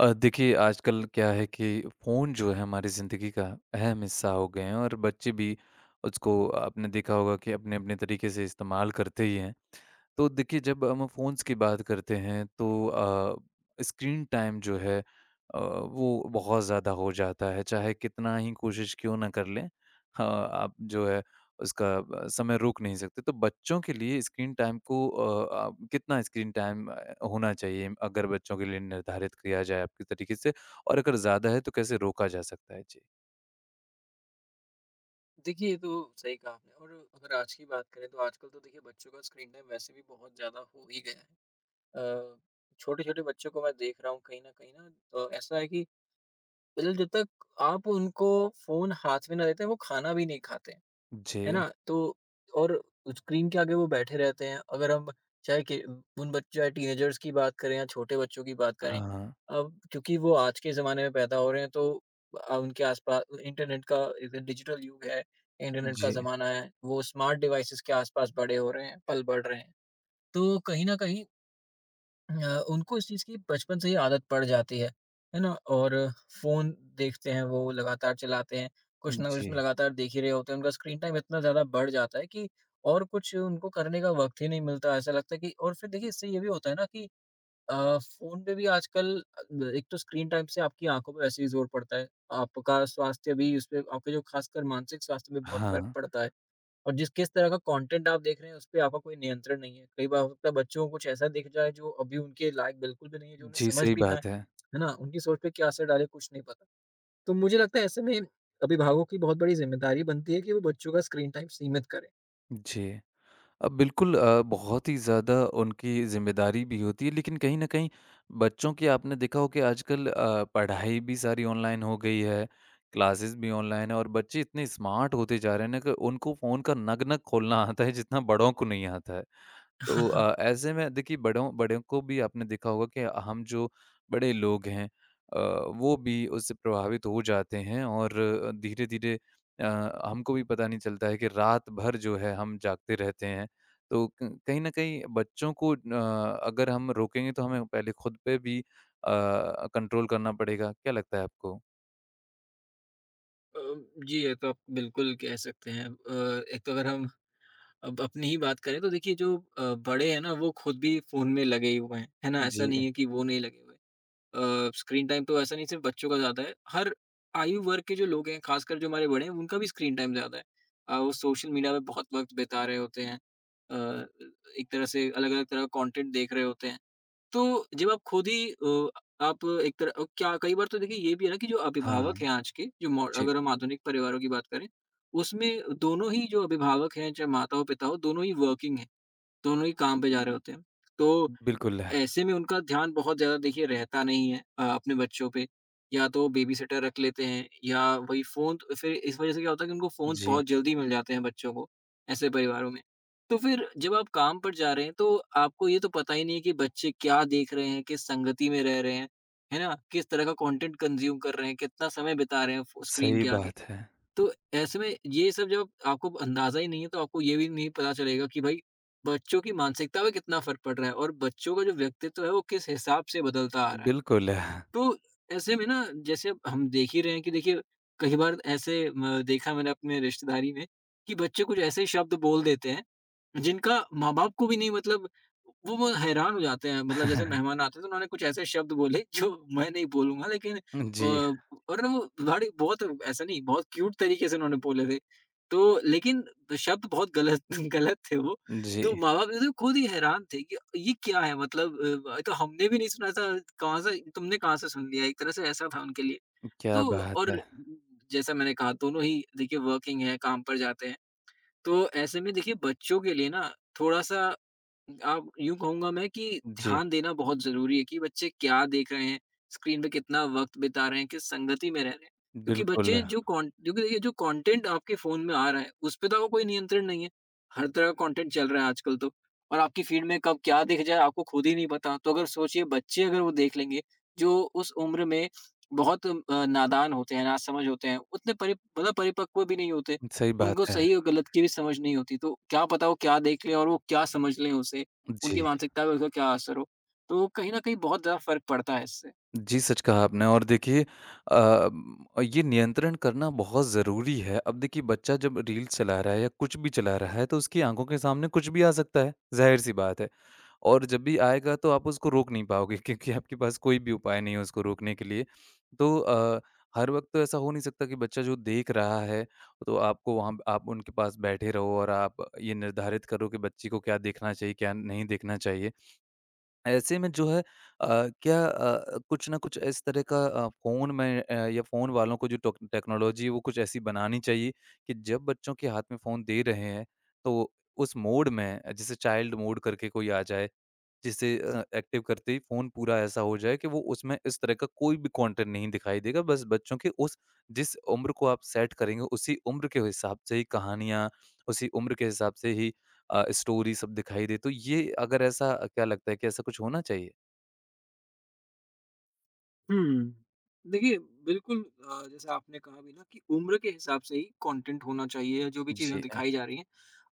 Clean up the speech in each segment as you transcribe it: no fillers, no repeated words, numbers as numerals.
देखिए आजकल क्या है कि फ़ोन जो है हमारी ज़िंदगी का अहम हिस्सा हो गए हैं और बच्चे भी उसको आपने देखा होगा कि अपने-अपने तरीके से इस्तेमाल करते ही हैं। तो देखिए जब हम फ़ोन्स की बात करते हैं तो स्क्रीन टाइम जो है वो बहुत ज़्यादा हो जाता है, चाहे कितना ही कोशिश क्यों ना कर लें। हाँ, आप जो है उसका समय रोक नहीं सकते। तो बच्चों के लिए स्क्रीन टाइम को आप कितना स्क्रीन टाइम होना चाहिए अगर बच्चों के लिए निर्धारित किया जाए आपके तरीके से? और अगर ज़्यादा है तो कैसे रोका जा सकता है? जी। देखिए, ये तो सही कहा आपने। और अगर आज की बात करें तो आजकल तो देखिए बच्चों का स्क्रीन टाइम वैसे भी बहुत ज़्यादा हो ही गया है। अ, छोटे-छोटे बच्चों को मैं देख रहा हूँ, कहीं न कहीं ना ऐसा है कि मतलब जब तक आप उनको फ़ोन हाथ में ना देते हैं, वो खाना भी नहीं खाते हैं। है जी। ना? तो और स्क्रीन के आगे वो बैठे रहते हैं। अगर हम चाहे कि उन बच्चों, चाहे टीनेजर्स की बात करें या छोटे बच्चों की बात करें, हाँ। अब क्योंकि वो आज के ज़माने में पैदा हो रहे हैं, तो उनके आस-पास इंटरनेट का एक डिजिटल युग है, इंटरनेट का जी। ज़माना है, वो स्मार्ट डिवाइसेज़ के आस-पास बड़े हो रहे हैं, पल बढ़ रहे हैं। तो कहीं न कहीं उनको इस चीज़ की बचपन से ही आदत पड़ जाती है ना? और फ़ोन देखते हैं, वो लगातार चलाते हैं, कुछ ना कुछ जी। उसमें लगातार देख ही रहे होते हैं, उनका स्क्रीन टाइम इतना ज़्यादा बढ़ जाता है कि और कुछ उनको करने का वक़्त ही नहीं मिलता, ऐसा लगता है कि। और फिर देखिए, इससे ये भी होता है ना कि फ़ोन पे भी आजकल एक तो स्क्रीन टाइम से आपकी आँखों पे वैसे ही ज़ोर पड़ता है, आपका स्वास्थ्य भी उसपे, आपके जो ख़ासकर मानसिक स्वास्थ्य पे बहुत फ़र्क हाँ। पड़ता है। और जिस किस तरह का कंटेंट आप देख रहे हैं, उसपे आपका कोई नियंत्रण नहीं है। कई बार हो सकता है बच्चों को कुछ ऐसा दिख जाए, जो अभी उनके लायक बिल्कुल भी नहीं है, जो उन्हें जी, समझ सही भी ना आए, बात है। है ना? उनकी सोच पे क्या असर डाले, कुछ नहीं पता। तो मुझे लगता है ऐसे में अभिभावकों की बहुत बड़ी ज़िम्मेदारी बनती है कि वो बच्चों का स्क्रीन टाइम सीमित करें। जी। अब बिल्कुल बहुत ही ज़्यादा उनकी ज़िम्मेदारी भी होती है लेकिन कहीं न कहीं बच्चों की आपने देखा हो कि आजकल पढ़ाई भी सारी ऑनलाइन हो गई है, क्लासेस भी ऑनलाइन है और बच्चे इतने स्मार्ट होते जा रहे हैं ना कि उनको फ़ोन का नग-नग खोलना आता है जितना बड़ों को नहीं आता है। तो हाँ, ऐसे में देखिए बड़ों बड़ों को भी आपने देखा होगा कि हम जो बड़े लोग हैं वो भी उससे प्रभावित हो जाते हैं और धीरे धीरे हमको भी पता नहीं चलता है कि रात भर जो है हम जागते रहते हैं तो कहीं ना कहीं बच्चों को अगर हम रोकेंगे तो हमें पहले खुद पे भी कंट्रोल करना पड़ेगा क्या लगता है आपको। अ, जी, ये तो आप बिल्कुल कह सकते हैं। एक तो अगर हम अब अपनी ही बात करें, तो देखिए जो बड़े हैं ना, वो खुद भी फ़ोन में लगे हुए हैं, है ना? जी। ऐसा नहीं है कि वो नहीं लगे हुए। स्क्रीन टाइम तो ऐसा नहीं, सिर्फ बच्चों का ज़्यादा है, हर आयु वर्ग के जो लोग हैं, खासकर जो हमारे बड़े हैं, उनका भी स्क्रीन टाइम ज़्यादा है। वो सोशल मीडिया पे बहुत वक़्त बिता रहे होते हैं। अ, एक तरह से अलग-अलग तरह का कंटेंट देख रहे होते हैं। तो जब आप खुद ही आप एक तरह क्या, कई बार तो देखिए ये भी है ना कि जो अभिभावक हाँ। हैं आज के, जो मॉड जी। अगर हम आधुनिक परिवारों की बात करें, उसमें दोनों ही जो अभिभावक हैं, चाहे माता हो, पिता हो, दोनों ही वर्किंग हैं, दोनों ही काम पे जा रहे होते हैं। तो बिल्कुल। ऐसे में उनका ध्यान बहुत ज़्यादा देखिए रहता नहीं है अपने बच्चों पे, या तो बेबीसिटर रख लेते हैं या वही फ़ोन। तो फिर इस वज़ह से क्या होता है कि उनको फ़ोन्स जी। बहुत जल्दी मिल जाते हैं, बच्चों को, ऐसे परिवारों में। तो फिर जब आप काम पर जा रहे हैं, तो आपको ये तो पता ही नहीं है कि बच्चे क्या देख रहे हैं, किस संगति में रह रहे हैं, है ना? किस तरह का कंटेंट कंज़्यूम कर रहे हैं, कितना समय बिता रहे हैं फ़ो स्क्रीन सही के आगे। बात है। तो ऐसे में ये सब जब आपको अंदाज़ा ही नहीं है, तो आपको ये भी नहीं पता चलेगा कि भाई बच्चों की मानसिकता पे कितना फ़र्क पड़ रहा है और बच्चों का जो व्यक्तित्व है वो किस हिसाब से बदलता आ रहा है। बिल्कुल। तो ऐसे में ना, जैसे अब हम देख ही रहे हैं कि देखिए कई बार ऐसे म देखा मैंने अपने रिश्तेदारी में कि बच्चे कुछ ऐसे शब्द बोल देते हैं, जिनका माँ-बाप को भी नहीं, मतलब वो हैरान हो जाते हैं। मतलब जैसे मेहमान आते हैं, तो उन्होंने कुछ ऐसे शब्द बोले जो मैं नहीं बोलूँगा, लेकिन जी। और ना वो बड़ी बहुत ऐसा नहीं, बहुत क्यूट तरीके से उन्होंने बोले थे। तो लेकिन शब्द बहुत गलत गलत थे वो। जी। तो माँ-बाप तो खुद ही हैरान थे कि ये क्या है, मतलब तो हमने भी नहीं सुना था, कहाँ से सुन लिया? एक तरह से ऐसा था उनके लिए। क्या तो बात और है! जैसा मैंने कहा, दोनों ही देखिए वर्किंग है, काम पर जाते हैं। तो ऐसे में देखिए बच्चों के लिए ना थोड़ा-सा, आप यूँ कहूँगा मैं कि जी, ध्यान देना बहुत ज़रूरी है कि बच्चे क्या देख रहे हैं, स्क्रीन पे कितना वक़्त बिता रहे हैं, किस संगति में रह रहे हैं। क्योंकि बिल्कुल, बच्चे जो कॉन क्योंकि देखिए जो कंटेंट आपके फ़ोन में आ रहा है, उस पे तो आपको कोई नियंत्रण नहीं है। हर तरह का कंटेंट चल रहा है आजकल तो, और आपकी फ़ीड में कब क्या दिख जाए, आपको खुद ही नहीं पता। तो अगर सोचिए, बच्चे अगर वो देख लेंगे, जो उस उम्र में बहुत नादान होते हैं, नासमझ होते हैं, उतने परि मतलब परिपक्व भी नहीं होते। सही बात उनको है। सही और गलत की भी समझ नहीं होती। तो क्या पता वो क्या देख लें और वो क्या समझ लें उसे, उनकी जी, मानसिकता पे उसका क्या असर हो। तो कहीं न कहीं बहुत ज़्यादा फ़र्क पड़ता है इससे। जी, सच कहा आपने और देखिए अ, म ये नियंत्रण करना बहुत ज़रूरी है। अब देखिए बच्चा जब रील्स चला रहा है या कुछ भी चला रहा है तो उसकी आँखों के सामने कुछ भी आ सकता है, ज़ाहिर-सी बात है। और जब भी आएगा तो आप उसको रोक नहीं पाओगे क्योंकि आपके पास कोई भी उपाय नहीं है उसको रोकने के लिए। तो हर वक़्त तो ऐसा हो नहीं सकता कि बच्चा जो देख रहा है, तो आपको वहाँ आप उनके पास बैठे रहो और आप ये निर्धारित करो कि बच्चे को क्या देखना चाहिए, क्या नहीं देखना चाहिए। ऐसे में जो है क्या कुछ ना कुछ इस तरह का फ़ोन में या फ़ोन वालों को जो टोक टेक्नोलॉजी है वो कुछ ऐसी बनानी चाहिए कि जब बच्चों के हाथ में फ़ोन दे रहे हैं, तो उस मोड में जैसे चाइल्ड मोड करके कोई आ जाए जिसे एक्टिव करते ही फ़ोन पूरा ऐसा हो जाए कि वो उसमें इस तरह का कोई भी कंटेंट नहीं दिखाई देगा। बस बच्चों के उस जिस उम्र को आप सेट करेंगे, उसी उम्र के हिसाब से ही कहानियाँ, उसी उम्र के हिसाब से ही स्टोरी सब दिखाई दे। तो ये अगर ऐसा क्या लगता है कि ऐसा कुछ होना चाहिए? हुँ। देखिए, बिल्कुल। जैसे आपने कहा भी ना कि उम्र के हिसाब से ही कंटेंट होना चाहिए, या जो भी चीज़ें जी। दिखाई जा रही हैं।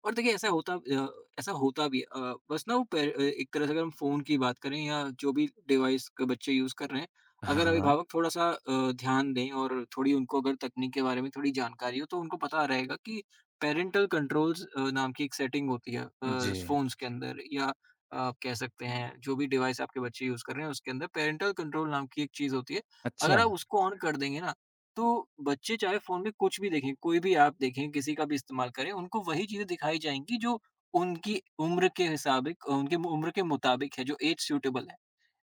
और देखिए, ऐसा होता भी है। बस ना वो पे एक तरह से अगर हम फ़ोन की बात करें या जो भी डिवाइस का बच्चे यूज़ कर रहे हैं, अगर हाँ। अभिभावक थोड़ा-सा ध्यान दें और थोड़ी उनको अगर तकनीक के बारे में थोड़ी जानकारी हो, तो उनको पता रहेगा कि पैरेंटल कंट्रोल्स नाम की एक सेटिंग होती है जी। फ़ोन्स के अंदर, या आप कह सकते हैं जो भी डिवाइस आपके बच्चे यूज़ कर रहे हैं, उसके अंदर पैरेंटल कंट्रोल नाम की एक चीज़ होती है। अगर अच्छा। आप उसको ऑन कर देंगे ना, तो बच्चे चाहे फ़ोन में कुछ भी देखें, कोई भी ऐप देखें, किसी का भी इस्तेमाल करें, उनको वही चीज़ें दिखाई जाएँगी जो उनकी उम्र के मुताबिक है, जो एज सूटेबल है।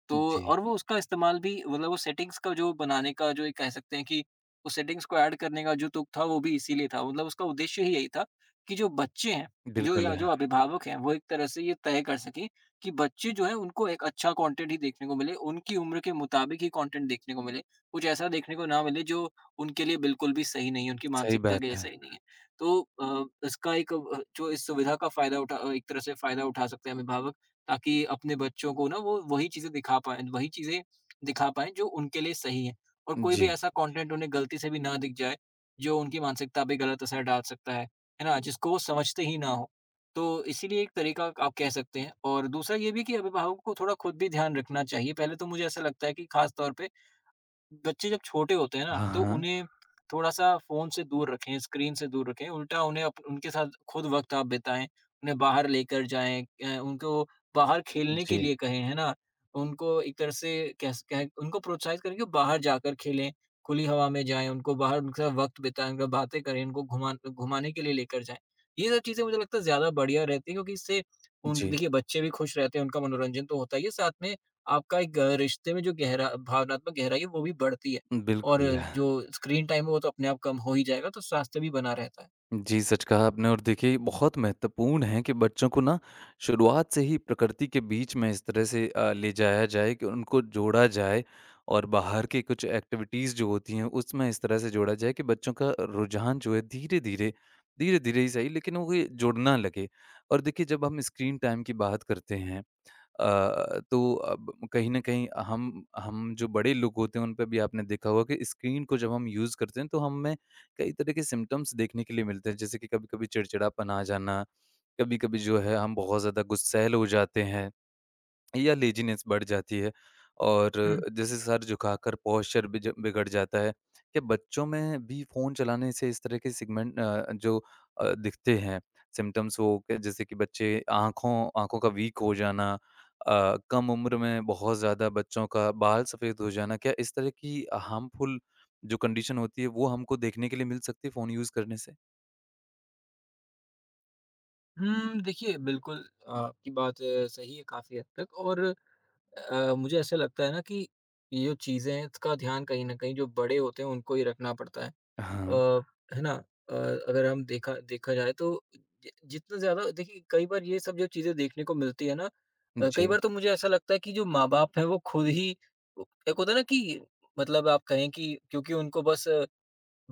तो जी। और वो उसका इस्तेमाल भी, मतलब वो सेटिंग्स का, जो बनाने का जो एक कह सकते हैं कि उस सेटिंग्स को ऐड करने का जो तुक था, वो भी इसीलिए था, मतलब उसका उद्देश्य ही यही था कि जो बच्चे हैं जो बिल्कुल या है। जो अभिभावक हैं, वो एक तरह से ये तय कर सकें कि बच्चे जो है, उनको एक अच्छा कंटेंट ही देखने को मिले, उनकी उम्र के मुताबिक ही कंटेंट देखने को मिले, कुछ ऐसा देखने को ना मिले जो उनके लिए बिल्कुल भी सही नहीं है, उनकी सही मानसिकता बात के लिए है। सही नहीं है। तो इसका एक जो इस सुविधा का एक तरह से फायदा उठा सकते हैं अभिभावक, ताकि अपने बच्चों को ना, वो वही चीज़ें दिखा पाएँ जो उनके लिए सही है। और कोई भी जी। ऐसा कंटेंट उन्हें गलती से भी ना दिख जाए, जो उनकी मानसिकता पे गलत असर डाल सकता है ना? जिसको वो समझते ही ना हो। तो इसीलिए एक तरीका आप कह सकते हैं, और दूसरा ये भी कि अभिभावकों को थोड़ा खुद भी ध्यान रखना चाहिए। पहले तो मुझे ऐसा लगता है कि खास तौर पे बच्चे जब छोटे होते हैं ना, हाँ, तो हाँ। उन्हें थोड़ा-सा फ़ोन से दूर रखें, स्क्रीन से दूर रखें, उल्टा उन्हें अप उनके साथ खुद वक़्त आप बिताएँ, उन्हें बाहर लेकर जाएँ, उनको बाहर खेलने के जी, लिए कहें, है ना? उनको एक तरह से कह स कह उनको प्रोत्साहित करें कि बाहर जाकर खेलें, खुली हवा में जाएँ, उनको बाहर उनके साथ वक़्त बिताएँ, उनका बातें करें, उनको घुमाने के लिए लेकर जाएँ। ये सब चीज़ें मुझे लगता है ज़्यादा बढ़िया रहती है, क्योंकि इससे उन जी। देखिए बच्चे भी खुश रहते हैं, उनका मनोरंजन तो होता ही है, साथ में आपका एक रिश्ते में जो गहरा भावनात्मक गहराई है, वो भी बढ़ती है, और बिल्कुल। जो स्क्रीन टाइम है वो तो अपने आप कम हो ही जाएगा, तो स्वास्थ्य भी बना रहता है। जी, सच कहा आपने और देखिए ये बहुत महत्वपूर्ण है कि बच्चों को ना शुरुआत से ही प्रकृति के बीच में इस तरह से ले जाया जाए कि उनको जोड़ा जाए और बाहर की कुछ एक्टिविटीज़ जो होती हैं, उसमें इस तरह से जोड़ा जाए कि बच्चों का रुझान जो है धीरे-धीरे, धीरे-धीरे ही सही लेकिन वो ये जुड़ना लगे। और देखिए जब हम स्क्रीन टाइम की बात करते हैं तो अब कहीं न कहीं हम जो बड़े लोग होते हैं, उन पे भी आपने देखा होगा कि स्क्रीन को जब हम यूज़ करते हैं, तो हमें कई तरह के सिम्पटम्स देखने के लिए मिलते हैं। जैसे कि कभी-कभी चिड़चिड़ापन आ जाना, कभी-कभी जो है हम बहुत ज़्यादा गुस्सैल हो जाते हैं। या लेज़ीनेस बढ़ जाती है और हुँ। जैसे सर झुकाकर पोस्चर बिज बिगड़ जाता है। क्या बच्चों में भी फ़ोन चलाने से इस तरह के सेगमेंट जो दिखते हैं सिम्पटम्स वो क जैसे कि बच्चे आँखों आँखों का वीक हो जाना कम उम्र में बहुत ज़्यादा बच्चों का बाल सफ़ेद हो जाना, क्या इस तरह की हार्मफुल जो कंडीशन होती है वो हमको देखने के लिए मिल सकती है फ़ोन यूज़ करने से? देखिए, बिल्कुल आपकी बात सही है काफ़ी हद तक, और मुझे ऐसा लगता है ना कि ये जो चीज़ें हैं, इसका ध्यान कहीं न कहीं जो बड़े होते हैं, उनको ही रखना पड़ता है। हाँ। अ, है ना? अ, अगर हम देखा देखा जाए तो जि जितना ज़्यादा देखिए कई बार ये सब जो चीज़ें देखने को मिलती है ना। जी। कई बार तो मुझे ऐसा लगता है कि जो माँ-बाप हैं वो खुद ही एक होता है ना कि मतलब आप कहें कि क्योंकि उनको बस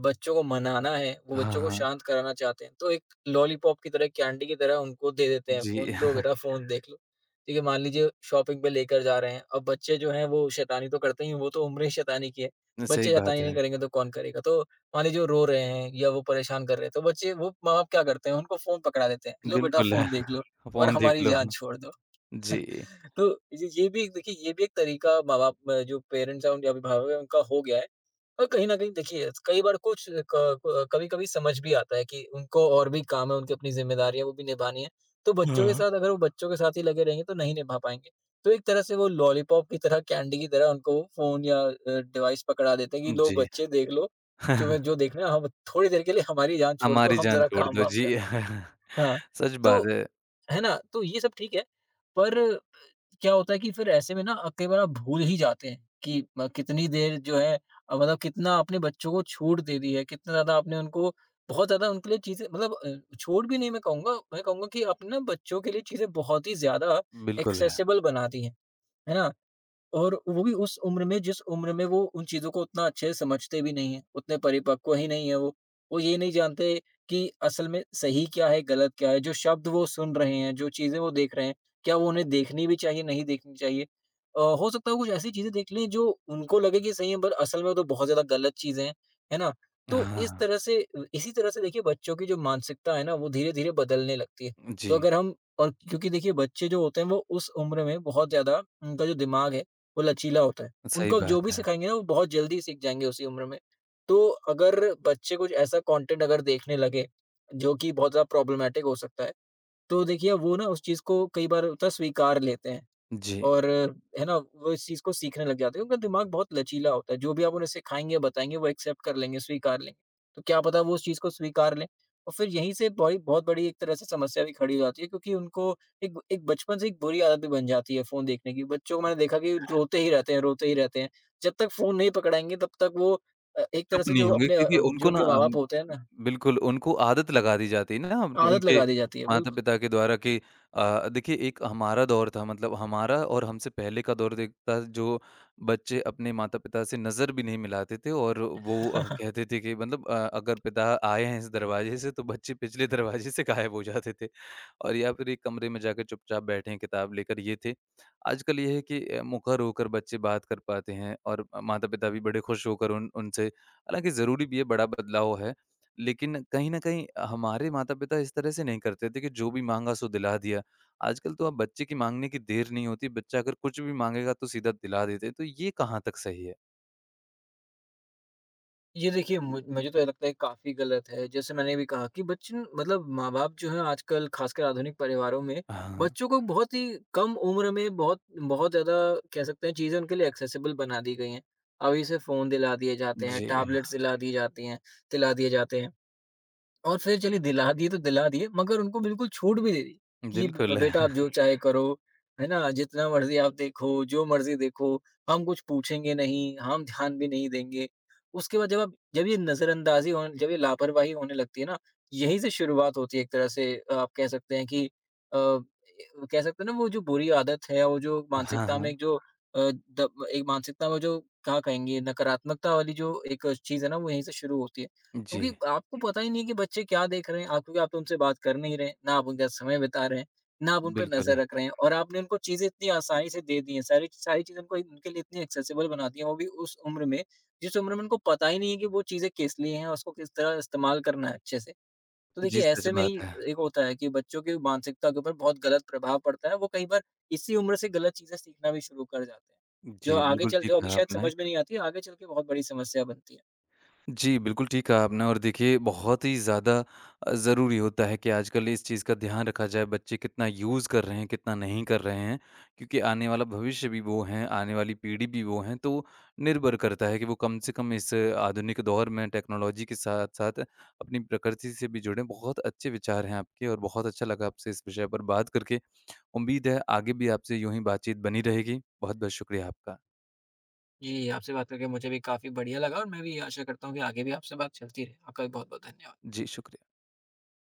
बच्चों को मनाना है, वो हाँ, बच्चों को हाँ। शांत कराना चाहते हैं, तो एक लॉलीपॉप की तरह, कैंडी की तरह उनको दे देते हैं, फ़ोन जी। लो बेटा फ़ोन देख लो। ठीक है, मान लीजिए शॉपिंग पे लेकर जा रहे हैं, अब बच्चे जो हैं वो शैतानी तो करते ही हैं, वो तो उम्र ही शैतानी की है। सही बच्चे बात शैतानी है। नहीं करेंगे तो कौन करेगा? तो मान लीजिए वो रो रहे हैं या वो परेशान कर रहे हैं, तो बच्चे वो माँ-बाप क्या करते हैं, उनको फ़ोन पकड़ा देते हैं, लो बेटा बिल्कुल। फ़ोन देख लो और फ़ोन देख हमारी लो। जान छोड़ दो। जी। तो ये भी एक देखिए ये भी एक तरीका माँ-बाप जो पेरेंट्स हैं, उनके अभिभावक हैं, उनका हो गया है। और कहीं न कहीं देखिए कई बार कुछ क क कभी-कभी समझ भी आता है कि उनको और भी काम है, उनकी अपनी ज़िम्मेदारियाँ वो भी निभानी है। तो बच्चों के हाँ। साथ अगर वो बच्चों के साथ ही लगे रहेंगे तो नहीं निभा पाएँगे। तो एक तरह से वो लॉलीपॉप की तरह, कैंडी की तरह उनको वो फ़ोन या डिवाइस पकड़ा देते हैं कि लो जी। बच्चे देख लो, तुम्हें जो देखना है हम थोड़ी देर के लिए हमारी जान छोड़ दो, हमारी हम जान ज़रा छोड़ दो, काम-वाम जी। कर लें। हाँ, सच तो बात है, है ना? तो ये सब ठीक है, पर क्या होता है कि फिर ऐसे में ना कई बार आप भूल ही जाते हैं कि म कितनी देर जो है, मतलब कितना आपने बच्चों को छूट दे दी है, कितना ज़्यादा आपने उनको बहुत ज़्यादा उनके लिए चीज़ें मतलब छूट भी नहीं मैं कहूँगा, मैं कहूँगा कि आपने ना बच्चों के लिए चीज़ें बहुत ही ज़्यादा बिल्कुल है। एक्सेसिबल बना दी हैं, है ना? और वो भी उस उम्र में जिस उम्र में वो उन चीज़ों को उतना अच्छे से समझते भी नहीं हैं, उतने परिपक्व ही नहीं है वो। वो ये नहीं जानते कि असल में सही क्या है, गलत क्या है, जो शब्द वो सुन रहे हैं, जो चीज़ें वो देख रहे हैं, क्या वो उन्हें देखनी भी चाहिए, नहीं देखनी चाहिए। हो सकता है वो कुछ ऐसी चीज़ें देख लें जो उनको लगे कि सही है पर असल में वो तो बहुत ज़्यादा गलत चीज़ें हैं, है ना? तो हाँ, इस तरह से इसी तरह से देखिए बच्चों की जो मानसिकता है ना वो धीरे-धीरे बदलने लगती है। तो जी, अगर हम और क्योंकि देखिए बच्चे जो होते हैं वो उस उम्र में बहुत ज़्यादा उनका जो दिमाग है वो लचीला होता है। सही उनको आप बात जो भी है। सिखाएँगे ना, वो बहुत जल्दी सीख जाएँगे उसी उम्र में। तो अगर बच्चे कुछ ऐसा कंटेंट अगर देखने लगे, जो कि बहुत ज़्यादा प्रॉब्लमैटिक हो सकता है, तो देखिए वो ना उस चीज़ को कई बार होता है स्वीकार लेते हैं। जी। और है ना, वो इस चीज़ को सीखने लग जाते हैं। उनका दिमाग बहुत लचीला होता है, जो भी आप उन्हें सिखाएँगे, बताएँगे, वो एक्सेप्ट कर लेंगे, स्वीकार लेंगे। तो क्या पता वो उस चीज़ को स्वीकार लें और फिर यहीं से बड़ी बहुत बड़ी एक तरह से समस्या भी खड़ी हो जाती है क्योंकि उनको एक एक बचपन से एक बुरी आदत भी बन जाती है फ़ोन देखने की। बच्चों को मैंने देखा कि रोते ही रहते हैं, रोते ही रहते हैं। जब तक फ़ोन नहीं पकड़ाएँगे तब तक वो एक चुप तरह से नहीं जो होंगे अपने क्योंकि जो उनको ना उनके माँ-बाप होते हैं ना, बिल्कुल उनको आदत लगा दी जाती है ना अपने आदत उनके लगा दी जाती है। बिल्कुल। माता-पिता के द्वारा कि देखिए एक हमारा दौर था मतलब हमारा और हमसे पहले का दौर देखता जो बच्चे अपने माता-पिता से नज़र भी नहीं मिलाते थे और वो कहते थे कि मतलब अगर पिता आए हैं इस दरवाजे से तो बच्चे पिछले दरवाजे से गायब हो जाते थे और या फिर एक कमरे में जाकर चुपचाप बैठे हैं किताब लेकर ये थे। आजकल ये है कि मुखर होकर बच्चे बात कर पाते हैं और माता-पिता भी बड़े खुश होकर उन उनसे हालाँकि ज़रूरी भी है, बड़ा बदलाव है, लेकिन कहीं न कहीं हमारे माता-पिता इस तरह से नहीं करते थे कि जो भी माँगा सो दिला दिया। आजकल तो अब बच्चे की माँगने की देर नहीं होती, बच्चा अगर कुछ भी माँगेगा तो सीधा दिला देते हैं, तो ये कहाँ तक सही है? ये देखिए मुझे तो ये लगता है काफ़ी गलत है। जैसे मैंने भी कहा कि बच्चे न- मतलब माँ-बाप जो हैं आजकल ख़ासकर आधुनिक परिवारों में, हाँ, बच्चों को बहुत ही कम उम्र में बहुत बहुत ज़्यादा कह सकते हैं चीज़ें उनके लिए एक्सेसिबल बना दी गई हैं। अभी से फ़ोन दिला दिए जाते हैं, जी, टैबलेट्स दिला दी जाती हैं दिला दिए जाते हैं। और फिर चलिए दिला दिए तो दिला दिए मगर उनको बिल्कुल छूट भी दे दी कि ब बिल्कुल। बेटा आप जो चाहे करो, है ना? जितना मर्ज़ी आप देखो, जो मर्ज़ी देखो, हम कुछ पूछेंगे नहीं, हम ध्यान भी नहीं देंगे। उसके बाद जब आप जब ये नज़रअंदाज़ी होन जब ये लापरवाही होने लगती है ना, यहीं से शुरुआत होती है एक तरह से आप कह सकते हैं कि अ, ए कह सकते हैं ना वो जो बुरी आदत है, वो जो हाँ, मानसिकता में हाँ। एक जो अ, द एक मानसिकता में जो क्या कहेंगे नकारात्मकता वाली जो एक चीज़ है ना, वो यहीं से शुरू होती है। जी, क्योंकि आपको पता ही नहीं है कि बच्चे क्या देख रहे हैं, आप क्योंकि आप तो उनसे बात कर नहीं रहे हैं, ना आप उनके साथ समय बिता रहे हैं, ना आप उन पे बिल्कुल। नज़र रख रहे हैं और आपने उनको चीज़ें इतनी आसानी से दे दी हैं, सारी सारी चीज़ें उनको उनके लिए इतनी एक्सेसिबल बना दी हैं, वो भी उस उम्र में, जिस उम्र में उनको पता ही नहीं है कि वो चीज़ें किस लिए हैं और उसको किस तरह इस्तेमाल करना है अच्छे से। तो जी, देखिए सच ऐसे में ही बात है। एक होता है कि बच्चों की मानसिकता के ऊपर बहुत गलत प्रभाव पड़ता है, वो कई बार इसी उम्र से गलत चीज़ें सीखना भी शुरू कर जाते हैं, जो जी, आगे बिल्कुल चल ठीक जो अभी कहा शायद आपने। समझ में नहीं आती, आगे चल के बहुत बड़ी समस्या बनती है। जी, बिल्कुल ठीक कहा आपने और देखिए बहुत ही ज़्यादा ज़रूरी होता है कि आजकल इस चीज़ का ध्यान रखा जाए, बच्चे कितना यूज़ कर रहे हैं, कितना नहीं कर रहे हैं। क्योंकि आने वाला भविष्य भी वो हैं, आने वाली पीढ़ी भी वो हैं, तो निर्भर करता है कि वो कम से कम इस आधुनिक दौर में टेक्नोलॉजी के साथ-साथ अपनी प्रकृति से भी जुड़ें। बहुत अच्छे विचार हैं आपके और बहुत अच्छा लगा आपसे इस विषय पर बात करके। उम्मीद है आगे भी आपसे यूँ ही बातचीत बनी रहेगी। बहुत-बहुत शुक्रिया आपका। जी, आपसे बात करके मुझे भी काफ़ी बढ़िया लगा और मैं भी आशा करता हूँ कि आगे भी आपसे बात चलती रहे। आपका भी बहुत-बहुत धन्यवाद। जी, शुक्रिया।